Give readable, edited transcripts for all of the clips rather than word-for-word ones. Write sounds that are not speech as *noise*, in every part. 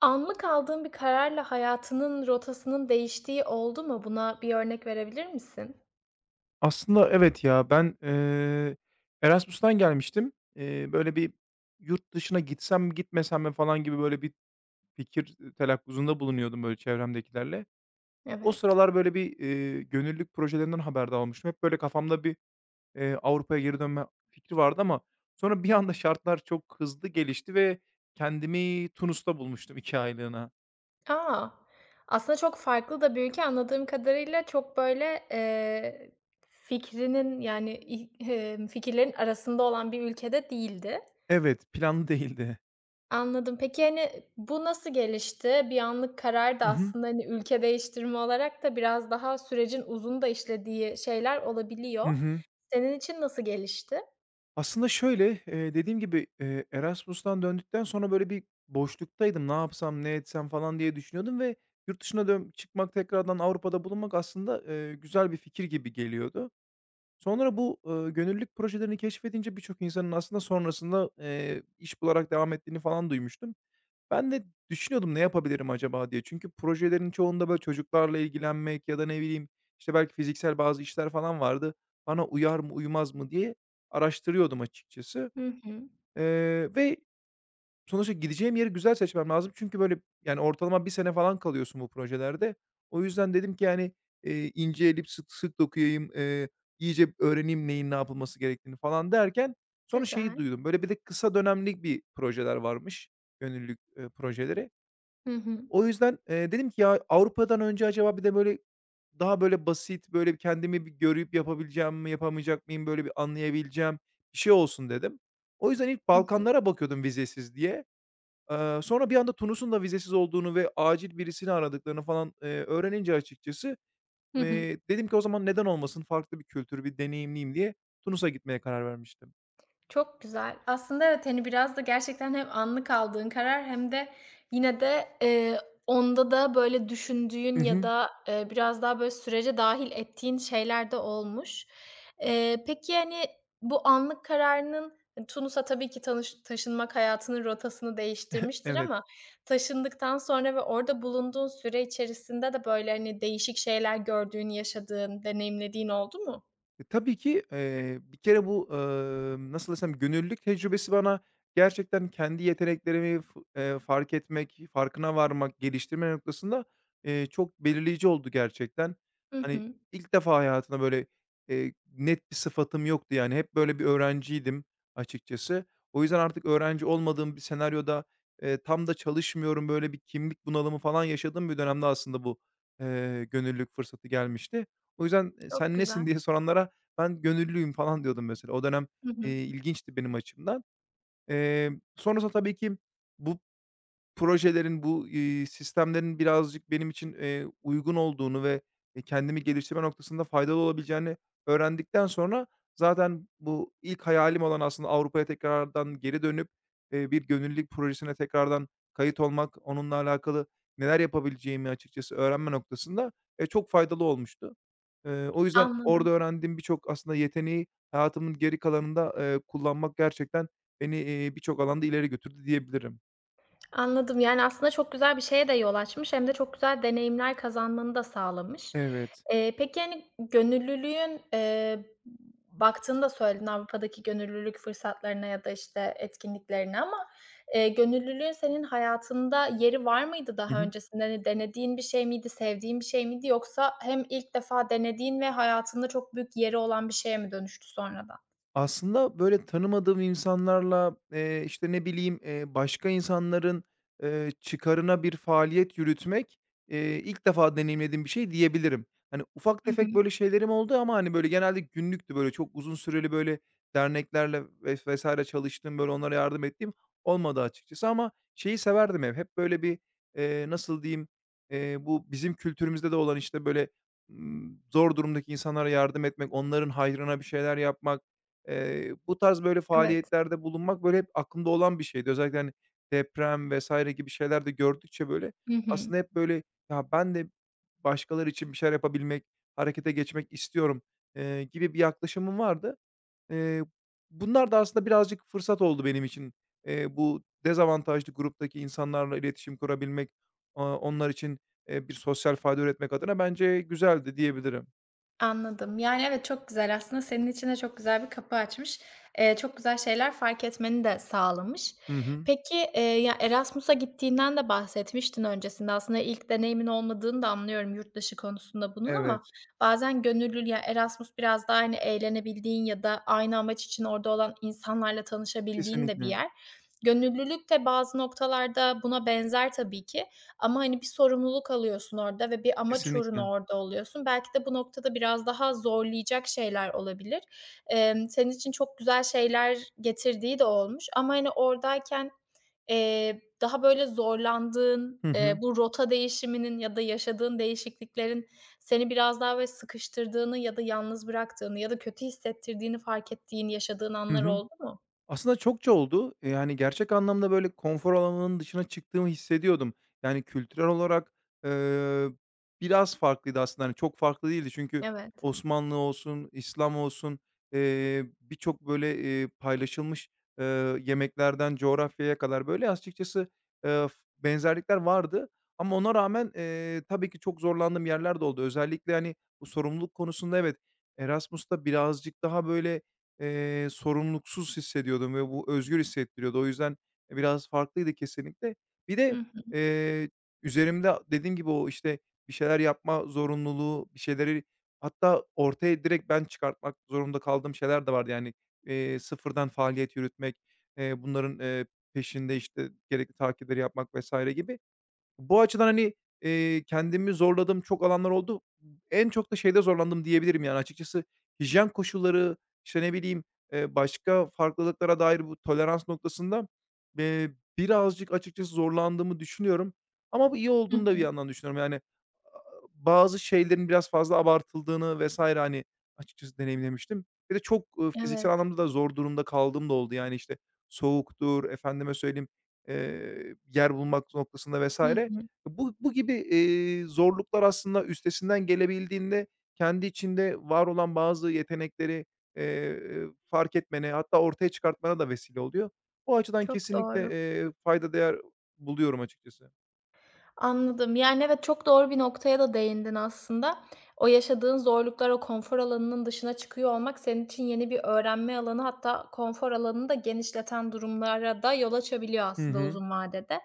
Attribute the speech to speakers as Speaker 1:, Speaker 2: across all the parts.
Speaker 1: Anlık aldığın bir kararla hayatının rotasının değiştiği oldu mu? Buna bir örnek verebilir misin?
Speaker 2: Aslında evet ya, ben, Erasmus'tan gelmiştim. Böyle bir yurt dışına gitsem mi gitmesem mi falan gibi böyle bir fikir, telakkuzunda bulunuyordum böyle çevremdekilerle. O
Speaker 1: Evet.
Speaker 2: sıralar böyle bir, gönüllülük projelerinden haberdar olmuştum. Hep böyle kafamda bir, Avrupa'ya geri dönme fikri vardı ama sonra bir anda şartlar çok hızlı gelişti ve kendimi Tunus'ta bulmuştum 2 aylığına.
Speaker 1: A! Aslında çok farklı da bir ülke. Anladığım kadarıyla çok, böyle, fikrinin, yani, ih fikirlerin arasında olan bir ülkede değildi.
Speaker 2: Evet, planlı değildi.
Speaker 1: Anladım. Peki, hani, bu nasıl gelişti? Bir anlık karar da
Speaker 2: Hı hı.
Speaker 1: aslında, hani, ülke değiştirme olarak da biraz daha sürecin uzun da işlediği şeyler
Speaker 2: Hı
Speaker 1: olabiliyor.
Speaker 2: hı.
Speaker 1: Senin için nasıl gelişti?
Speaker 2: Aslında şöyle, dediğim gibi, Erasmus'tan döndükten sonra böyle bir boşluktaydım. Ne yapsam, ne etsem falan diye düşünüyordum ve yurt dışına çıkmak, tekrardan Avrupa'da bulunmak aslında, güzel bir fikir gibi geliyordu. Sonra bu, gönüllülük projelerini keşfedince birçok insanın aslında sonrasında, iş bularak devam ettiğini falan duymuştum. Ben de düşünüyordum ne yapabilirim acaba diye. Çünkü projelerin çoğunda böyle çocuklarla ilgilenmek ya da ne bileyim, işte, belki fiziksel bazı işler falan vardı. Bana uyar mı, uymaz mı diye araştırıyordum açıkçası.
Speaker 1: Hı hı.
Speaker 2: Ve sonuçta gideceğim yeri güzel seçmem lazım. Çünkü böyle, yani, ortalama bir sene falan kalıyorsun bu projelerde. O yüzden dedim ki, yani, ince elip sık sık dokuyayım, iyice öğreneyim neyin ne yapılması gerektiğini falan derken sonra şeyi
Speaker 1: Güzel.
Speaker 2: duydum. Böyle bir de kısa dönemlik bir projeler varmış, gönüllülük, projeleri.
Speaker 1: Hı hı.
Speaker 2: O yüzden, dedim ki ya Avrupa'dan önce acaba bir de böyle daha böyle basit, böyle bir kendimi bir görüp yapabileceğim mi, yapamayacak mıyım, böyle bir anlayabileceğim bir şey olsun dedim. O yüzden ilk
Speaker 1: Hı hı.
Speaker 2: Balkanlara bakıyordum vizesiz diye. Sonra bir anda Tunus'un da vizesiz olduğunu ve acil birisini aradıklarını falan, öğrenince açıkçası,
Speaker 1: Hı hı.
Speaker 2: dedim ki o zaman neden olmasın, farklı bir kültür, bir deneyimleyeyim diye Tunus'a gitmeye karar vermiştim.
Speaker 1: Çok güzel. Aslında evet, hani, biraz da gerçekten hem anlık aldığın karar hem de yine de, onda da böyle düşündüğün
Speaker 2: Hı
Speaker 1: ya
Speaker 2: hı.
Speaker 1: da, biraz daha böyle sürece dâhil ettiğin şeyler de olmuş. Peki, yani bu anlık kararının hani, Tunus'a tabii ki tanış taşınmak hayatının rotasını değiştirmiştir
Speaker 2: Evet.
Speaker 1: ama taşındıktan sonra ve orada bulunduğun süre içerisinde de böyle, hani, değişik şeyler gördüğün, yaşadığın, deneyimlediğin oldu mu?
Speaker 2: E, tabii ki, bir kere bu, nasıl desem, gönüllülük tecrübesi bana gerçekten kendi yeteneklerimi f fark etmek, farkına varmak, geliştirme noktasında, çok belirleyici oldu gerçekten.
Speaker 1: Hı
Speaker 2: Hani,
Speaker 1: hı.
Speaker 2: ilk defa hayatımda böyle, net bir sıfatım yoktu, yani, hep böyle bir öğrenciydim açıkçası. O yüzden artık öğrenci olmadığım bir senaryoda, tam da çalışmıyorum, böyle bir kimlik bunalımı falan yaşadığım bir dönemde aslında bu, gönüllülük fırsatı gelmişti. O yüzden,
Speaker 1: Çok
Speaker 2: "Sen
Speaker 1: güzel.
Speaker 2: nesin?" diye soranlara ben gönüllüyüm falan diyordum mesela. O dönem,
Speaker 1: Hı hı.
Speaker 2: ilginçti benim açımdan. Sonrasında tabii ki bu projelerin, bu, sistemlerin birazcık benim için, uygun olduğunu ve, kendimi geliştirme noktasında faydalı olabileceğini öğrendikten sonra zaten bu ilk hayalim olan aslında Avrupa'ya tekrardan geri dönüp, bir gönüllülük projesine tekrardan kayıt olmak, onunla alakalı neler yapabileceğimi açıkçası öğrenme noktasında, çok faydalı olmuştu. O yüzden orada
Speaker 1: Anladım,
Speaker 2: öğrendiğim birçok aslında yeteneği hayatımın geri kalanında, kullanmak gerçekten beni, birçok alanda ileri götürdü diyebilirim.
Speaker 1: anladım. Yani, aslında çok güzel bir şeye de yol açmış hem de çok güzel deneyimler kazanmanı da sağlamış.
Speaker 2: Evet.
Speaker 1: Peki, hani, gönüllülüğün, baktığını da söyledin Avrupa'daki gönüllülük fırsatlarına ya da, işte, etkinliklerine ama, gönüllülüğün senin hayatında yeri var mıydı
Speaker 2: Hı
Speaker 1: daha
Speaker 2: hı.
Speaker 1: öncesinde? Hani, denediğin bir şey miydi, sevdiğin bir şey miydi yoksa hem ilk defa denediğin ve hayatında çok büyük yeri olan bir şeye mi dönüştü sonradan?
Speaker 2: Aslında, böyle, tanımadığım insanlarla, işte, ne bileyim, başka insanların, çıkarına bir faaliyet yürütmek, ilk defa deneyimlediğim bir şey diyebilirim. Hani, ufak
Speaker 1: Hı hı.
Speaker 2: tefek, böyle, şeylerim oldu ama, hani, böyle, genelde günlüktü. Böyle, çok uzun süreli, böyle, derneklerle vs. vs. çalıştığım, böyle, onlara yardım ettiğim olmadı açıkçası ama şeyi severdim hep. Hep, böyle, bir, nasıl diyeyim, bu bizim kültürümüzde de olan, işte, böyle, zor durumdaki insanlara yardım etmek, onların hayrına bir şeyler yapmak, bu tarz böyle
Speaker 1: Evet.
Speaker 2: faaliyetlerde bulunmak böyle hep aklımda olan bir şeydi. Özellikle, hani, deprem vesaire gibi şeyler de gördükçe böyle
Speaker 1: Hı hı.
Speaker 2: aslında hep böyle, "Ya, ben de başkaları için bir şeyler yapabilmek, harekete geçmek istiyorum." Gibi bir yaklaşımım vardı. Eee, Bunlar da aslında birazcık fırsat oldu benim için. Bu dezavantajlı gruptaki insanlarla iletişim kurabilmek, onlar için, bir sosyal fayda üretmek adına bence güzeldi diyebilirim.
Speaker 1: Anladım. Yani, evet, çok güzel aslında senin için de çok güzel bir kapı açmış. Çok güzel şeyler fark etmeni de sağlamış.
Speaker 2: Hı hı.
Speaker 1: Peki, ya, Erasmus'a gittiğinden de bahsetmiştin öncesinde. Aslında ilk deneyimin olmadığını da anlıyorum yurt dışı konusunda bunun ama
Speaker 2: Evet,
Speaker 1: bazen gönüllü ya, Erasmus biraz daha, hani, eğlenebildiğin ya da aynı amaç için orada olan insanlarla tanışabildiğin de bir
Speaker 2: kesinlikle,
Speaker 1: yer. Gönüllülük de bazı noktalarda buna benzer tabii ki ama, hani, bir sorumluluk alıyorsun orada ve bir amaç
Speaker 2: kesinlikle.
Speaker 1: uğruna orada oluyorsun. Belki de bu noktada biraz daha zorlayacak şeyler olabilir. Senin için çok güzel şeyler getirdiği de olmuş ama, hani, oradayken, daha böyle zorlandığın,
Speaker 2: Hı hı.
Speaker 1: bu rota değişiminin ya da yaşadığın değişikliklerin seni biraz daha böyle sıkıştırdığını ya da yalnız bıraktığını ya da kötü hissettirdiğini fark ettiğin, yaşadığın
Speaker 2: Hı
Speaker 1: anlar
Speaker 2: hı.
Speaker 1: oldu mu?
Speaker 2: Aslında çokça oldu. Hani, gerçek anlamda, böyle, konfor alanının dışına çıktığımı hissediyordum. Yani, kültürel olarak, eee, biraz farklıydı aslında. Hani, çok farklı değildi çünkü
Speaker 1: Evet.
Speaker 2: Osmanlı olsun, İslam olsun, birçok, böyle, paylaşılmış, eee, yemeklerden coğrafyaya kadar, böyle, açıkçası, f benzerlikler vardı ama ona rağmen, tabii ki çok zorlandığım yerler de oldu. Özellikle, hani, bu sorumluluk konusunda evet, Erasmus'ta birazcık daha, böyle, sorumluluksuz hissediyordum ve bu özgür hissettiriyordu. O yüzden biraz farklıydı kesinlikle. Bir
Speaker 1: Hı
Speaker 2: de,
Speaker 1: hı.
Speaker 2: eee, üzerimde dediğim gibi o, işte, bir şeyler yapma zorunluluğu, bir şeyleri hatta ortaya direkt ben çıkartmak zorunda kaldığım şeyler de vardı. Yani, sıfırdan faaliyet yürütmek, bunların, peşinde, işte, gerekli takipleri yapmak vesaire gibi. Bu açıdan, hani, kendimi zorladığım çok alanlar oldu. En çok da şeyde zorlandım diyebilirim, yani, açıkçası. Hijyen koşulları, işte, ne bileyim, başka farklılıklara dair bu tolerans noktasında, eee, birazcık açıkçası zorlandığımı düşünüyorum ama bu iyi
Speaker 1: Hı
Speaker 2: olduğunu da bir
Speaker 1: hı.
Speaker 2: yandan düşünüyorum. Yani, bazı şeylerin biraz fazla abartıldığını vesaire hani, açıkçası deneyimlemiştim. Bir de çok,
Speaker 1: Evet.
Speaker 2: fiziksel anlamda da zor durumda kaldığım da oldu. Yani, işte, soğuktur, efendime söyleyeyim, yer bulmak noktasında
Speaker 1: Hı
Speaker 2: vs.
Speaker 1: hı.
Speaker 2: Bu gibi, zorluklar aslında üstesinden gelebildiğinde kendi içinde var olan bazı yetenekleri, fark etmene hatta ortaya çıkartmana da vesile oluyor. O açıdan
Speaker 1: Çok
Speaker 2: kesinlikle,
Speaker 1: doğru.
Speaker 2: fayda değer buluyorum açıkçası.
Speaker 1: Anladım. Yani, evet, çok doğru bir noktaya da değindin aslında. O yaşadığın zorluklar, o konfor alanının dışına çıkıyor olmak senin için yeni bir öğrenme alanı, hatta konfor alanını da genişleten durumlara da yol açabiliyor
Speaker 2: Hı
Speaker 1: aslında
Speaker 2: hı.
Speaker 1: uzun vadede.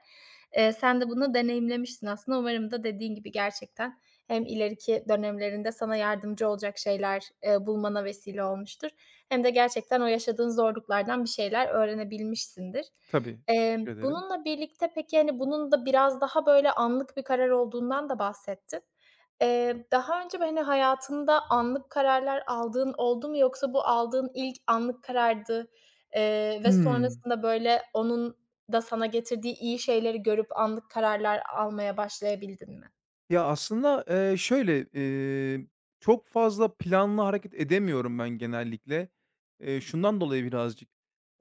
Speaker 1: Sen de bunu deneyimlemişsin aslında. Umarım da dediğin gibi gerçekten hem ileriki dönemlerinde sana yardımcı olacak şeyler, bulmana vesile olmuştur hem de gerçekten o yaşadığın zorluklardan bir şeyler öğrenebilmişsindir.
Speaker 2: Tabii. Teşekkür ederim.
Speaker 1: Bununla birlikte peki, hani, bunun da biraz daha, böyle, anlık bir karar olduğundan da bahsettin. Daha önce, böyle, hayatında anlık kararlar aldığın oldu mu yoksa bu aldığın ilk anlık karardı, ve
Speaker 2: Hıı.
Speaker 1: sonrasında, böyle, onun da sana getirdiği iyi şeyleri görüp anlık kararlar almaya başlayabildin mi?
Speaker 2: Ya, aslında, şöyle, çok fazla planlı hareket edemiyorum ben genellikle. Şundan dolayı birazcık,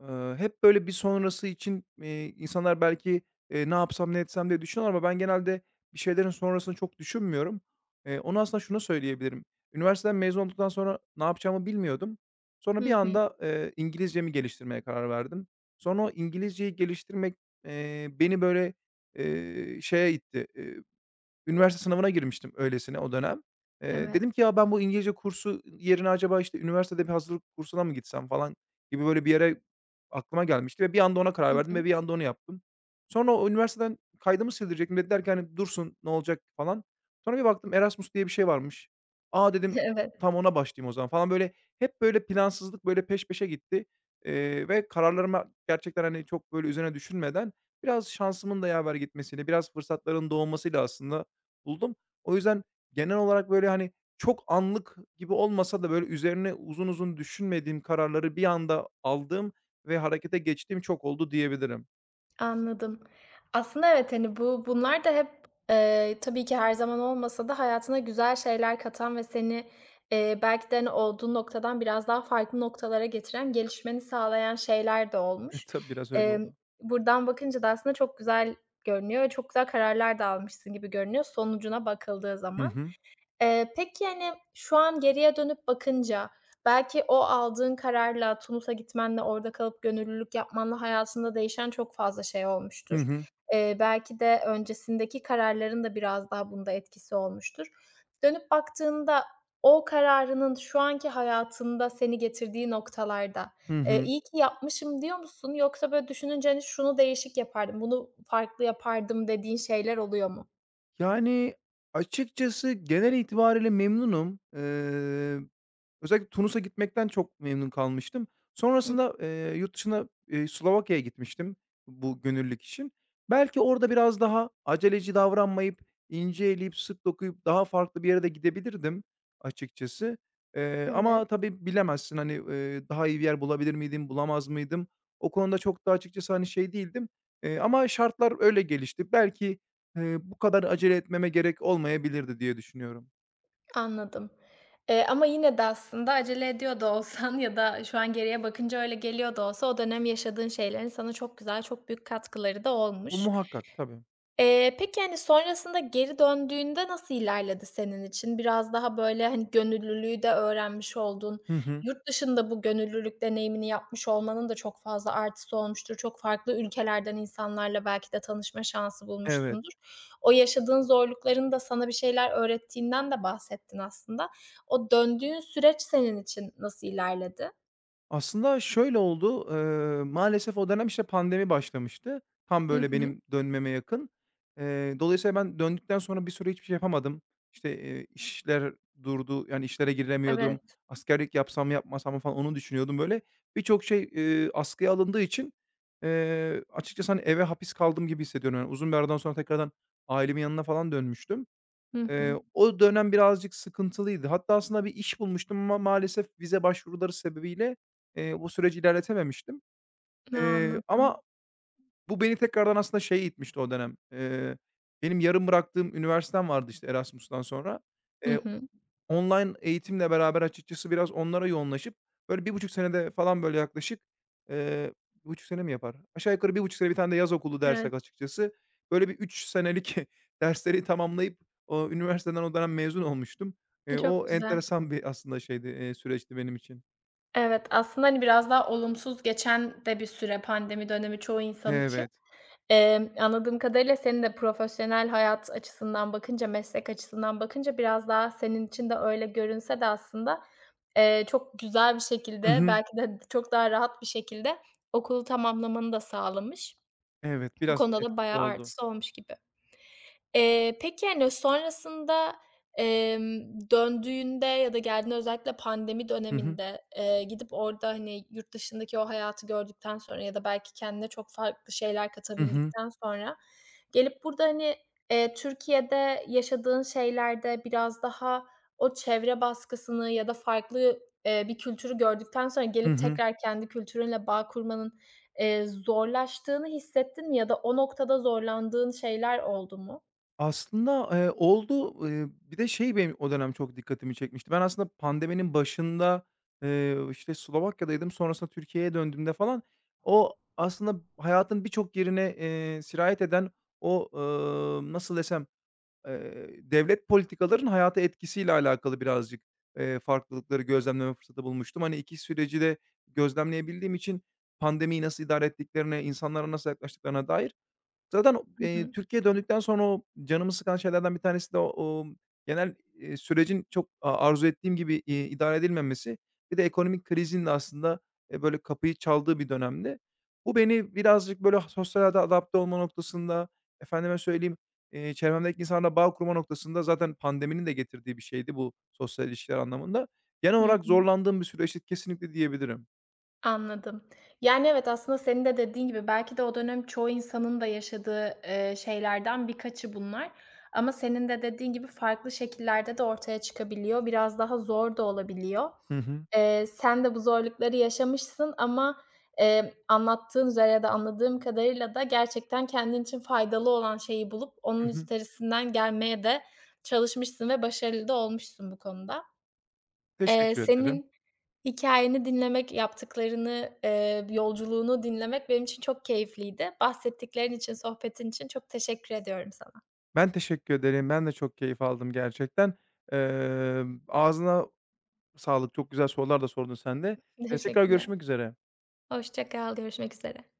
Speaker 2: hep böyle bir sonrası için, insanlar belki, "Ne yapsam, ne etsem?" diye düşünüyorlar ama ben genelde bir şeylerin sonrasını çok düşünmüyorum. Onu aslında şunu söyleyebilirim. Üniversiteden mezun olduktan sonra ne yapacağımı bilmiyordum. Sonra bir
Speaker 1: Hı hı.
Speaker 2: anda, İngilizcemi geliştirmeye karar verdim. Sonra o İngilizceyi geliştirmek, beni böyle, şeye itti. Üniversite sınavına girmiştim öylesine o dönem.
Speaker 1: Evet.
Speaker 2: Dedim ki, "Ya, ben bu İngilizce kursu yerine acaba, işte, üniversitede bir hazırlık kursuna mı gitsem?" falan gibi böyle bir yere aklıma gelmişti ve bir anda ona karar
Speaker 1: Hı
Speaker 2: verdim ve
Speaker 1: hı.
Speaker 2: bir anda onu yaptım. Sonra o üniversiteden kaydımı sildirecektim. Dediler ki, hani, "Dursun, ne olacak?" falan. Sonra bir baktım Erasmus diye bir şey varmış. "A!"
Speaker 1: *laughs*
Speaker 2: dedim,
Speaker 1: Evet.
Speaker 2: "Tam ona başlayayım o zaman." falan. Böyle hep böyle plansızlık böyle peş peşe gitti, ve kararlarıma gerçekten, hani, çok böyle üzerine düşünmeden biraz şansımın da yaver gitmesiyle, biraz fırsatların doğmasıyla aslında buldum. O yüzden genel olarak, böyle, hani, çok anlık gibi olmasa da, böyle, üzerine uzun uzun düşünmediğim kararları bir anda aldığım ve harekete geçtiğim çok oldu diyebilirim.
Speaker 1: Anladım. Aslında evet, hani, bunlar da hep, tabii ki her zaman olmasa da hayatına güzel şeyler katan ve seni, belki de, hani, olduğun noktadan biraz daha farklı noktalara getiren, gelişmeni sağlayan şeyler de
Speaker 2: *laughs*
Speaker 1: olmuş.
Speaker 2: Tabii, biraz öyle
Speaker 1: Emm,
Speaker 2: oldu.
Speaker 1: Buradan bakınca da aslında çok güzel görünüyor ve çok güzel kararlar da almışsın gibi görünüyor sonucuna bakıldığı
Speaker 2: Hı
Speaker 1: zaman.
Speaker 2: hı.
Speaker 1: Peki, hani, şu an geriye dönüp bakınca belki o aldığın kararla, Tunus'a gitmenle, orada kalıp gönüllülük yapmanla hayatında değişen çok fazla şey
Speaker 2: Hı
Speaker 1: olmuştur.
Speaker 2: hı.
Speaker 1: Belki de öncesindeki kararların da biraz daha bunda etkisi olmuştur. Dönüp baktığında o kararının şu anki hayatında seni getirdiği noktalarda,
Speaker 2: Hı hı.
Speaker 1: "İyi ki yapmışım." diyor musun? Yoksa böyle düşününce, hani, "Şunu değişik yapardım, bunu farklı yapardım." dediğin şeyler oluyor mu?
Speaker 2: Yani, açıkçası genel itibariyle memnunum. Özellikle Tunus'a gitmekten çok memnun kalmıştım.
Speaker 1: Hı,
Speaker 2: Sonrasında, yurt dışına, Slovakya'ya gitmiştim bu gönüllülük için. Belki orada biraz daha aceleci davranmayıp, ince eleyip, sık dokuyup daha farklı bir yere de gidebilirdim açıkçası.
Speaker 1: evet.
Speaker 2: Ama tabii bilemezsin, hani, daha iyi bir yer bulabilir miydim, bulamaz mıydım? O konuda çok da açıkçası, hani, şey değildim, ama şartlar öyle gelişti. Belki, bu kadar acele etmeme gerek olmayabilirdi diye düşünüyorum.
Speaker 1: Anladım. Ama yine de aslında acele ediyor da olsan ya da şu an geriye bakınca öyle geliyor da olsa o dönem yaşadığın şeylerin sana çok güzel, çok büyük katkıları da
Speaker 2: Bu
Speaker 1: olmuş.
Speaker 2: muhakkak, tabii.
Speaker 1: Peki, hani, sonrasında geri döndüğünde nasıl ilerledi senin için? Biraz daha, böyle, hani, gönüllülüğü de öğrenmiş oldun.
Speaker 2: Hı hı.
Speaker 1: Yurt dışında bu gönüllülük deneyimini yapmış olmanın da çok fazla artısı olmuştur. Çok farklı ülkelerden insanlarla belki de tanışma şansı
Speaker 2: Evet.
Speaker 1: bulmuşsundur. O yaşadığın zorlukların da sana bir şeyler öğrettiğinden de bahsettin aslında. O döndüğün süreç senin için nasıl ilerledi?
Speaker 2: Aslında şöyle oldu, maalesef o dönem, işte, pandemi başlamıştı. Tam,
Speaker 1: Hı
Speaker 2: böyle,
Speaker 1: hı.
Speaker 2: benim dönmeme yakın. Dolayısıyla ben döndükten sonra bir süre hiçbir şey yapamadım. İşte, işler durdu, yani, işlere giremiyordum.
Speaker 1: Evet.
Speaker 2: Askerlik yapsam mı yapmasam mı falan onu düşünüyordum, böyle. Birçok şey, askıya alındığı için, açıkçası, hani, eve hapis kaldım gibi hissediyorum. Yani, uzun bir aradan sonra tekrardan ailemin yanına falan dönmüştüm.
Speaker 1: Hı hı.
Speaker 2: O dönem birazcık sıkıntılıydı. Hatta aslında bir iş bulmuştum ama maalesef vize başvuruları sebebiyle, bu süreci ilerletememiştim. Ama
Speaker 1: anladım.
Speaker 2: bu beni tekrardan aslında şeye itmişti o dönem. Benim yarım bıraktığım üniversitem vardı, işte, Erasmus'tan sonra.
Speaker 1: Hı
Speaker 2: Eee,
Speaker 1: hı.
Speaker 2: Online eğitimle beraber açıkçası biraz onlara yoğunlaşıp, böyle bir buçuk senede falan böyle yaklaşık, eee, bir buçuk sene mi yapar? Aşağı yukarı 1,5 sene bir tane de yaz okulu
Speaker 1: Evet.
Speaker 2: dersek açıkçası, böyle bir 3 senelik *laughs* dersleri tamamlayıp, o üniversiteden o dönem mezun olmuştum.
Speaker 1: E, çok
Speaker 2: O
Speaker 1: güzel.
Speaker 2: enteresan bir aslında şeydi, süreçti benim için.
Speaker 1: Evet, aslında, hani, biraz daha olumsuz geçen de bir süre pandemi dönemi çoğu insan için.
Speaker 2: Evet.
Speaker 1: Anladığım kadarıyla senin de profesyonel hayat açısından bakınca, meslek açısından bakınca biraz daha senin için de öyle görünse de aslında, çok güzel bir
Speaker 2: Hı
Speaker 1: şekilde
Speaker 2: hı.
Speaker 1: belki de *laughs* çok daha rahat bir şekilde okulu tamamlamanı da sağlamış.
Speaker 2: Evet,
Speaker 1: Bu
Speaker 2: biraz
Speaker 1: konuda da
Speaker 2: etkisi
Speaker 1: bayağı
Speaker 2: oldu.
Speaker 1: artısı olmuş gibi. Peki, hani, sonrasında, emm, döndüğünde ya da geldiğinde özellikle pandemi
Speaker 2: Hı hı.
Speaker 1: döneminde, gidip orada, hani, yurt dışındaki o hayatı gördükten sonra ya da belki kendine çok farklı şeyler
Speaker 2: Hı hı.
Speaker 1: katabildikten sonra gelip burada, hani, Türkiye'de yaşadığın şeylerde biraz daha o çevre baskısını ya da farklı, bir kültürü gördükten sonra
Speaker 2: Hı
Speaker 1: gelip
Speaker 2: hı.
Speaker 1: tekrar kendi kültürünle bağ kurmanın, zorlaştığını hissettin mi ya da o noktada zorlandığın şeyler oldu mu?
Speaker 2: Aslında, oldu. Bir de şey benim o dönem çok dikkatimi çekmişti. Ben aslında pandeminin başında, işte, Slovakya'daydım. Sonrasında Türkiye'ye döndüğümde falan o aslında hayatın birçok yerine, sirayet eden o, nasıl desem, devlet politikalarının hayata etkisiyle alakalı birazcık, farklılıkları gözlemleme fırsatı bulmuştum. Hani, 2 süreci de gözlemleyebildiğim için pandemiyi nasıl idare ettiklerine, insanlara nasıl yaklaştıklarına dair. Zaten,
Speaker 1: Hı hı.
Speaker 2: Türkiye'ye döndükten sonra o canımı sıkan şeylerden bir tanesi de o, genel, sürecin çok arzu ettiğim gibi, idare edilmemesi. Bir de ekonomik krizin de aslında, böyle kapıyı çaldığı bir dönemdi. Bu beni birazcık böyle sosyal hayata adapte olma noktasında, efendime söyleyeyim, çevremdeki insanlarla bağ kurma noktasında zaten pandeminin de getirdiği bir şeydi bu sosyal ilişkiler anlamında. Genel
Speaker 1: Hı
Speaker 2: olarak
Speaker 1: hı.
Speaker 2: zorlandığım bir süreçti kesinlikle diyebilirim.
Speaker 1: Anladım. Yani, evet, aslında senin de dediğin gibi belki de o dönem çoğu insanın da yaşadığı, şeylerden birkaçı bunlar ama senin de dediğin gibi farklı şekillerde de ortaya çıkabiliyor. Biraz daha zor da olabiliyor.
Speaker 2: Hı hı.
Speaker 1: Sen de bu zorlukları yaşamışsın ama, anlattığın üzere ya da anladığım kadarıyla da gerçekten kendin için faydalı olan şeyi bulup
Speaker 2: Hı
Speaker 1: onun
Speaker 2: hı.
Speaker 1: üstesinden gelmeye de çalışmışsın ve başarılı da olmuşsun bu konuda.
Speaker 2: Teşekkür ederim.
Speaker 1: Senin hikâyeni dinlemek, yaptıklarını, yolculuğunu dinlemek benim için çok keyifliydi. Bahsettiklerin için, sohbetin için çok teşekkür ediyorum sana.
Speaker 2: Ben teşekkür ederim. Ben de çok keyif aldım gerçekten. Ağzına sağlık. Çok güzel sorular da sordun sen de. Tekrar
Speaker 1: Teşekkürler.
Speaker 2: görüşmek üzere.
Speaker 1: Hoşça kal, görüşmek üzere.